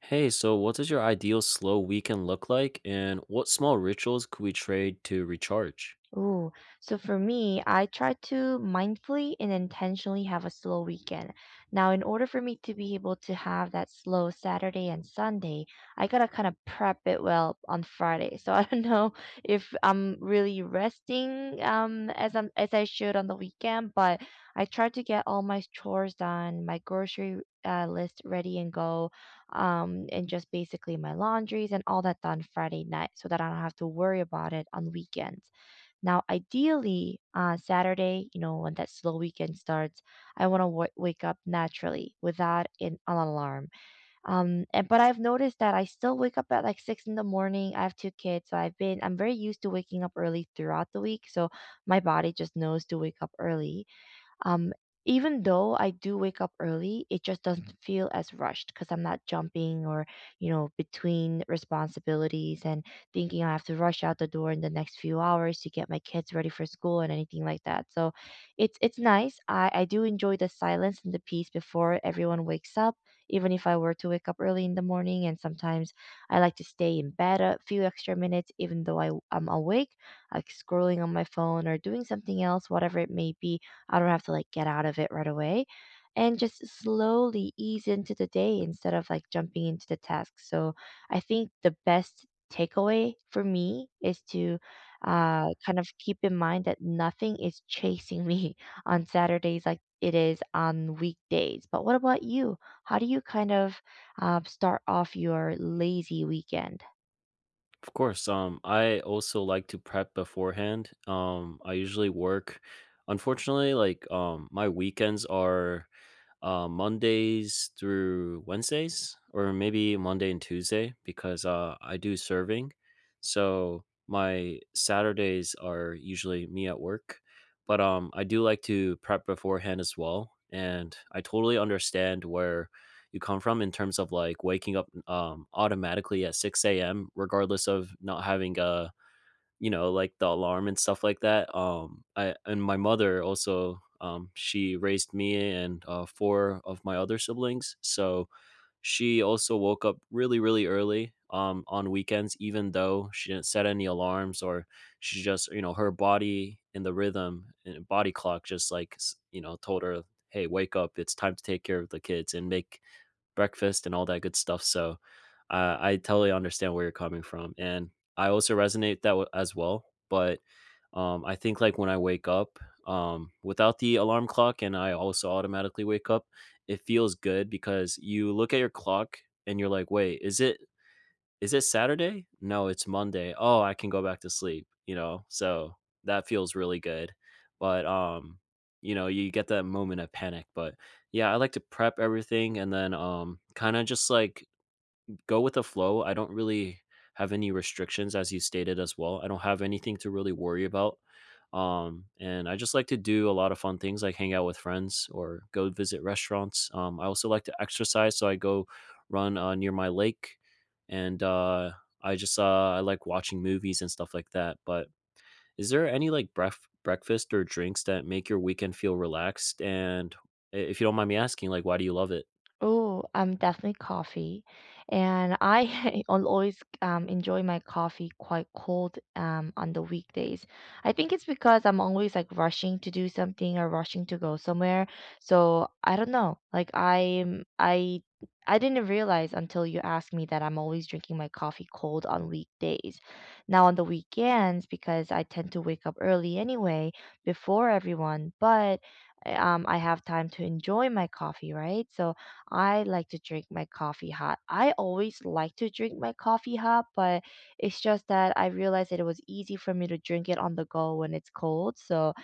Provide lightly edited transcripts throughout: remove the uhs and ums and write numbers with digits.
Hey, so what does your ideal slow weekend look like, and what small rituals could we trade to recharge? Ooh, so for me, I try to mindfully and intentionally have a slow weekend. Now, in order for me to be able to have that slow Saturday and Sunday, I gotta kind of prep it well on Friday. So I don't know if I'm really resting as I should on the weekend, but I try to get all my chores done, my grocery list ready and go, and just basically my laundries and all that done Friday night so that I don't have to worry about it on weekends. Now, ideally, on Saturday, you know, when that slow weekend starts, I want to wake up naturally without an alarm. And but I've noticed that I still wake up at like 6 in the morning. I have two kids, so I'm very used to waking up early throughout the week. So my body just knows to wake up early. Um, Even though I do wake up early, it just doesn't feel as rushed because I'm not jumping or, you know, between responsibilities and thinking I have to rush out the door in the next few hours to get my kids ready for school and anything like that. So it's nice. I do enjoy the silence and the peace before everyone wakes up, even if I were to wake up early in the morning. And sometimes I like to stay in bed a few extra minutes, even though I'm awake, like scrolling on my phone or doing something else, whatever it may be, I don't have to like get out of it right away and just slowly ease into the day instead of like jumping into the task. So I think the best takeaway for me is to kind of keep in mind that nothing is chasing me on Saturdays like it is on weekdays. But what about you? How do you kind of start off your lazy weekend? Of course, I also like to prep beforehand. I usually work. Unfortunately, my weekends are Mondays through Wednesdays, or maybe Monday and Tuesday, because I do serving. So my Saturdays are usually me at work, but I do like to prep beforehand as well. And I totally understand where you come from in terms of like waking up automatically at 6 a.m., regardless of not having a you know, like the alarm and stuff like that. I and my mother also, she raised me and four of my other siblings, so she also woke up really, really early on weekends, even though she didn't set any alarms or she just, you know, her body and the rhythm and body clock just like, you know, told her, hey, wake up, it's time to take care of the kids and make breakfast and all that good stuff. So I totally understand where you're coming from, and I also resonate that as well. But I think like when I wake up without the alarm clock, and I also automatically wake up, it feels good because you look at your clock and you're like, wait, is it Saturday? No, it's Monday. Oh, I can go back to sleep, you know? So that feels really good. But, you know, you get that moment of panic. But yeah, I like to prep everything and then, kind of just like go with the flow. I don't really have any restrictions as you stated as well. I don't have anything to really worry about. And I just like to do a lot of fun things like hang out with friends or go visit restaurants. I also like to exercise, so I go run near my lake and I just uh I like watching movies and stuff like that. But is there any like breakfast or drinks that make your weekend feel relaxed and if you don't mind me asking, like why do you love it? Oh, definitely coffee, and I always enjoy my coffee quite cold on the weekdays. I think it's because I'm always like rushing to do something or rushing to go somewhere. So I don't know. Like, I didn't realize until you asked me that I'm always drinking my coffee cold on weekdays. Now on the weekends, because I tend to wake up early anyway, before everyone, but I have time to enjoy my coffee, right? So I like to drink my coffee hot. I always like to drink my coffee hot, but it's just that I realized that it was easy for me to drink it on the go when it's cold. So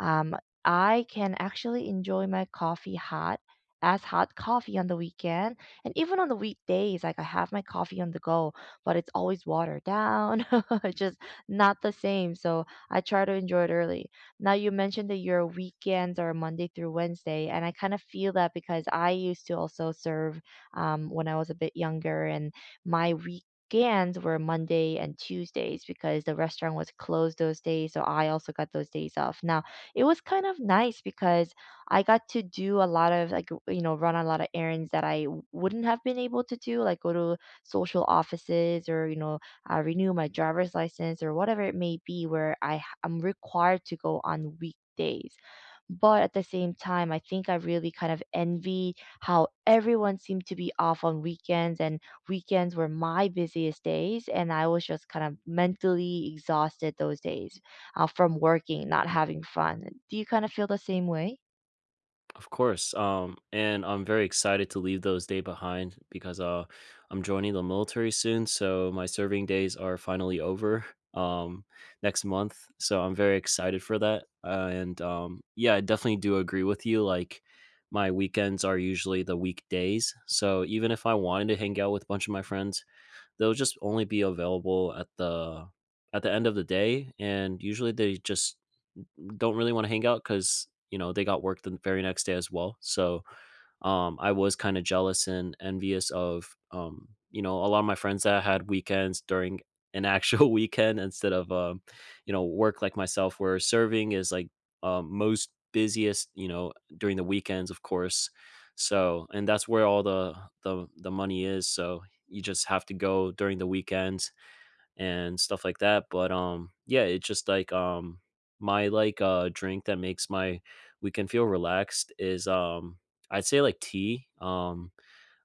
um, I can actually enjoy my coffee hot as hot coffee on the weekend. And even on the weekdays, like I have my coffee on the go, but it's always watered down. It's just not the same, so I try to enjoy it early. Now you mentioned that your weekends are Monday through Wednesday, and I kind of feel that because I used to also serve when I was a bit younger, and my weekends were Monday and Tuesdays because the restaurant was closed those days, so I also got those days off. Now it was kind of nice because I got to do a lot of, like, you know, run a lot of errands that I wouldn't have been able to do, like go to social offices or, you know, renew my driver's license or whatever it may be where I'm required to go on weekdays. But at the same time, I think I really kind of envy how everyone seemed to be off on weekends, and weekends were my busiest days and I was just kind of mentally exhausted those days from working, not having fun. Do you kind of feel the same way? Of course. And I'm very excited to leave those day behind because I'm joining the military soon. So my serving days are finally over um, next month. So I'm very excited for that. And yeah, I definitely do agree with you. Like my weekends are usually the weekdays. So even if I wanted to hang out with a bunch of my friends, they'll just only be available at the end of the day, and usually they just don't really want to hang out because you know they got work the very next day as well. So I was kind of jealous and envious of you know a lot of my friends that had weekends during an actual weekend instead of you know work like myself, where serving is like most busiest, you know, during the weekends, of course. So and that's where all the money is, so you just have to go during the weekends and stuff like that. But yeah, it's just like my like drink that makes my weekend feel relaxed is I'd say like tea.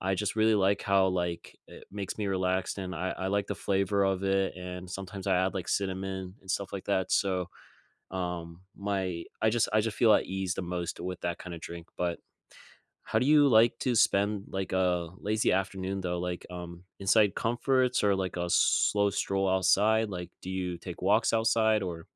I just really like how like it makes me relaxed, and I like the flavor of it, and sometimes I add like cinnamon and stuff like that. So my I just feel at ease the most with that kind of drink. But how do you like to spend like a lazy afternoon though? Like inside comforts or like a slow stroll outside? Like do you take walks outside or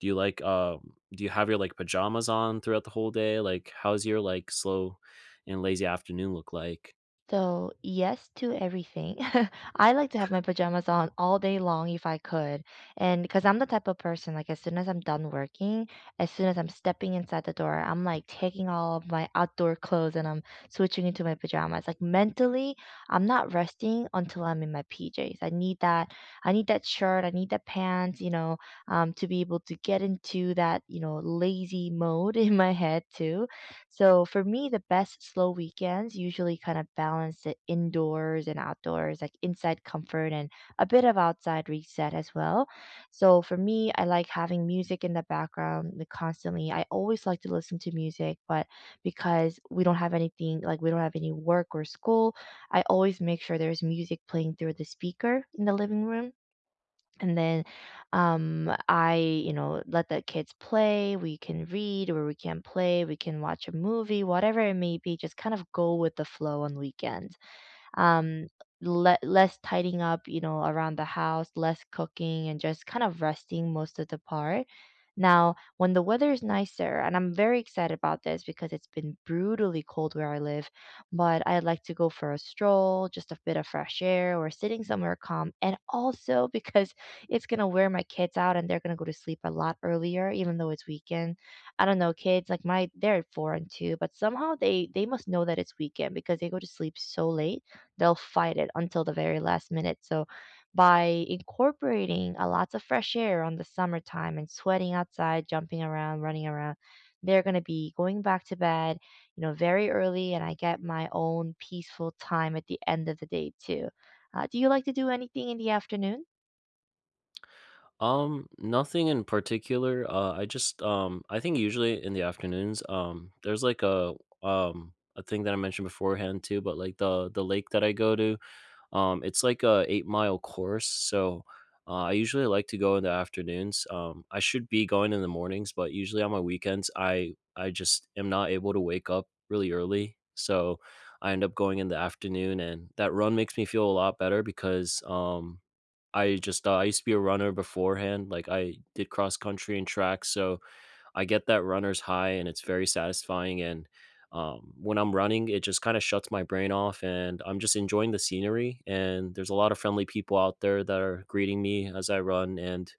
do you like do you have your like pajamas on throughout the whole day? Like how's your like slow and lazy afternoon look like? So, yes to everything. I like to have my pajamas on all day long if I could. And because I'm the type of person, like, as soon as I'm done working, as soon as I'm stepping inside the door, I'm like taking all of my outdoor clothes and I'm switching into my pajamas. Like, mentally, I'm not resting until I'm in my PJs. I need that. I need that shirt. I need that pants, you know, to be able to get into that, you know, lazy mode in my head too. So for me, the best slow weekends usually kind of balance the indoors and outdoors, like inside comfort and a bit of outside reset as well. So for me, I like having music in the background, like, constantly. I always like to listen to music, but because we don't have anything, like we don't have any work or school, I always make sure there's music playing through the speaker in the living room. And then, I, you know, let the kids play. We can read or we can play. We can watch a movie, whatever it may be. Just kind of go with the flow on weekends, um, less tidying up, you know, around the house, less cooking, and just kind of resting most of the part. Now, when the weather is nicer, and I'm very excited about this because it's been brutally cold where I live, but I like to go for a stroll, just a bit of fresh air, or sitting somewhere calm. And also because it's going to wear my kids out and they're going to go to sleep a lot earlier, even though it's weekend. I don't know, kids, like my, they're 4 and 2, but somehow they must know that it's weekend because they go to sleep so late, they'll fight it until the very last minute. So by incorporating a lots of fresh air on the summertime and sweating outside, jumping around, running around, they're going to be going back to bed, you know, very early, and I get my own peaceful time at the end of the day too. Do you like to do anything in the afternoon? Nothing in particular. I think usually in the afternoons there's like a thing that I mentioned beforehand too, but like the lake that I go to. It's like a 8 mile course, so I usually like to go in the afternoons. I should be going in the mornings, but usually on my weekends, I just am not able to wake up really early, so I end up going in the afternoon, and that run makes me feel a lot better because I used to be a runner beforehand. Like I did cross country and track, so I get that runner's high, and it's very satisfying. And when I'm running, it just kind of shuts my brain off, and I'm just enjoying the scenery. And there's a lot of friendly people out there that are greeting me as I run. And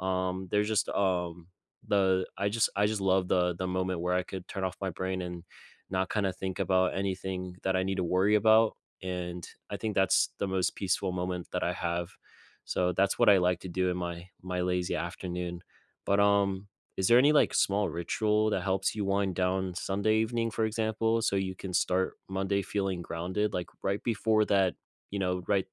there's just the I just love the moment where I could turn off my brain and not kind of think about anything that I need to worry about. And I think that's the most peaceful moment that I have. So that's what I like to do in my lazy afternoon. But is there any like small ritual that helps you wind down Sunday evening, for example, so you can start Monday feeling grounded? Like right before that, you know, right,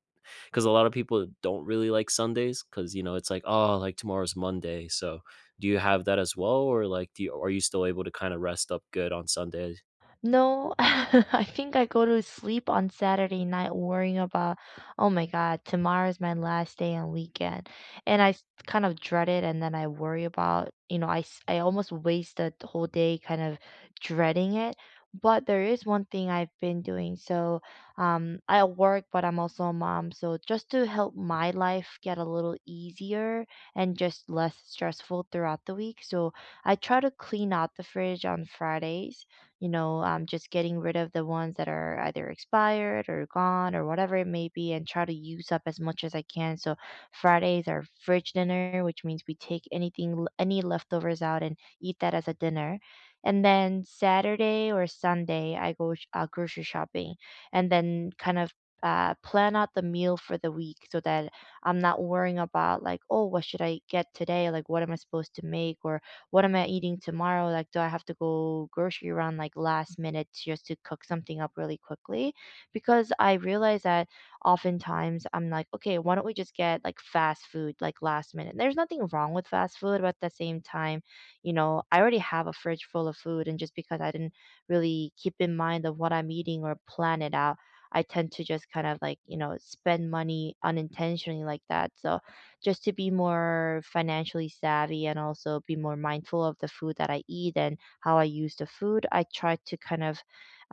because a lot of people don't really like Sundays because, you know, it's like, oh, like tomorrow's Monday. So do you have that as well? Or like, do you, are you still able to kind of rest up good on Sundays? No, I think I go to sleep on Saturday night worrying about, oh my God, tomorrow's my last day and weekend. And kind of dread it, and then I worry about, you know, I almost waste the whole day kind of dreading it. But there is one thing I've been doing. So I work, but I'm also a mom. So just to help my life get a little easier and just less stressful throughout the week. So I try to clean out the fridge on Fridays, you know, just getting rid of the ones that are either expired or gone or whatever it may be, and try to use up as much as I can. So Fridays are fridge dinner, which means we take anything, any leftovers out and eat that as a dinner. And then Saturday or Sunday, I go grocery shopping and then kind of plan out the meal for the week so that I'm not worrying about like, oh, what should I get today? Like, what am I supposed to make? Or what am I eating tomorrow? Like, do I have to go grocery run like last minute just to cook something up really quickly? Because I realize that oftentimes I'm like, okay, why don't we just get like fast food like last minute? There's nothing wrong with fast food, but at the same time, you know, I already have a fridge full of food, and just because I didn't really keep in mind of what I'm eating or plan it out, I tend to just kind of like, you know, spend money unintentionally like that. So just to be more financially savvy and also be more mindful of the food that I eat and how I use the food, I try to kind of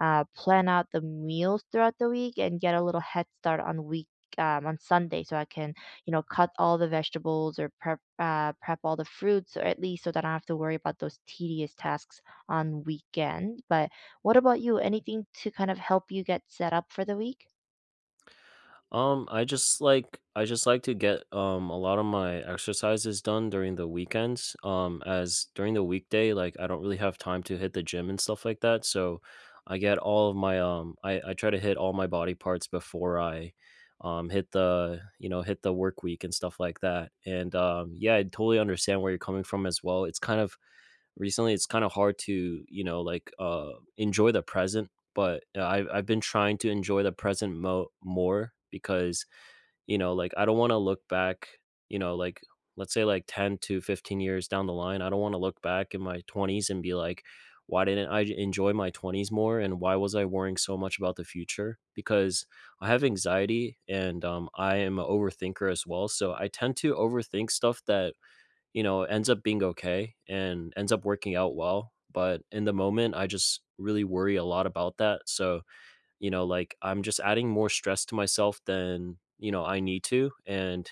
plan out the meals throughout the week and get a little head start on week, on Sunday, so I can, you know, cut all the vegetables or prep prep all the fruits, or at least so that I don't have to worry about those tedious tasks on weekend. But what about you? Anything to kind of help you get set up for the week? I just like to get a lot of my exercises done during the weekends. As during the weekday, like I don't really have time to hit the gym and stuff like that. So I get all of my I try to hit all my body parts before I hit the, you know, hit the work week and stuff like that. And yeah, I totally understand where you're coming from as well. It's kind of recently, it's kind of hard to, you know, like enjoy the present, but I've been trying to enjoy the present more because, you know, like I don't want to look back, you know, like let's say like 10 to 15 years down the line, I don't want to look back in my 20s and be like, why didn't I enjoy my 20s more, and why was I worrying so much about the future, because I have anxiety, and I am an overthinker as well, so I tend to overthink stuff that, you know, ends up being okay and ends up working out well. But in the moment, I just really worry a lot about that. So, you know, like I'm just adding more stress to myself than, you know, I need to. And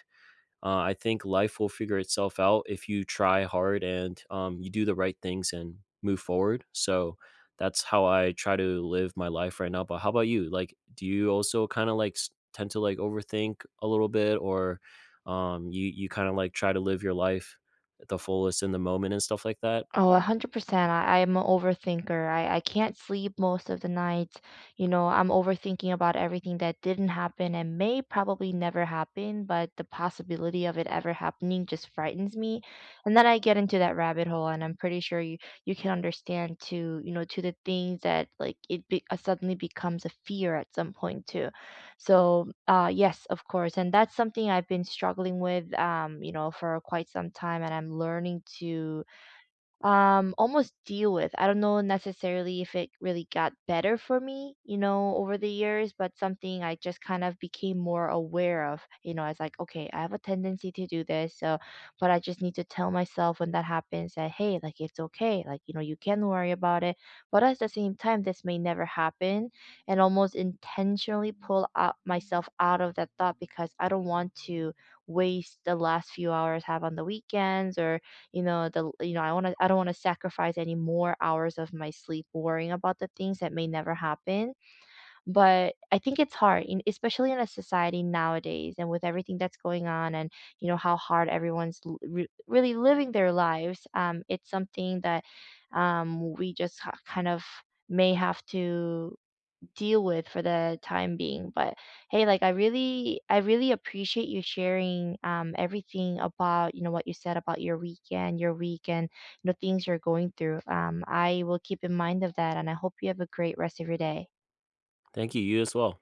I think life will figure itself out if you try hard, and you do the right things and move forward. So that's how I try to live my life right now. But how about you? Like, do you also kind of like tend to like overthink a little bit, or you kind of like try to live your life at the fullest in the moment and stuff like that? Oh, 100%. I'm an overthinker. I can't sleep most of the night. You know, I'm overthinking about everything that didn't happen and may probably never happen, but the possibility of it ever happening just frightens me. And then I get into that rabbit hole, and I'm pretty sure you, you can understand to, you know, to the things that like it be, suddenly becomes a fear at some point too. So, yes, of course. And that's something I've been struggling with, you know, for quite some time, and I'm learning to almost deal with. I don't know necessarily if it really got better for me, you know, over the years, but something I just kind of became more aware of, you know, as like, okay, I have a tendency to do this, so but I just need to tell myself when that happens that hey, like it's okay, like, you know, you can worry about it, but at the same time this may never happen, and almost intentionally pull out myself out of that thought because I don't want to waste the last few hours I have on the weekends, or you know, the you know, I want to I don't want to sacrifice any more hours of my sleep worrying about the things that may never happen. But I think it's hard, in, especially in a society nowadays and with everything that's going on, and, you know, how hard everyone's really living their lives. It's something that we just kind of may have to deal with for the time being. But hey, like I really appreciate you sharing everything about, you know, what you said about your weekend, your week, and you know, things you're going through. I will keep in mind of that, and I hope you have a great rest of your day. Thank you. You as well.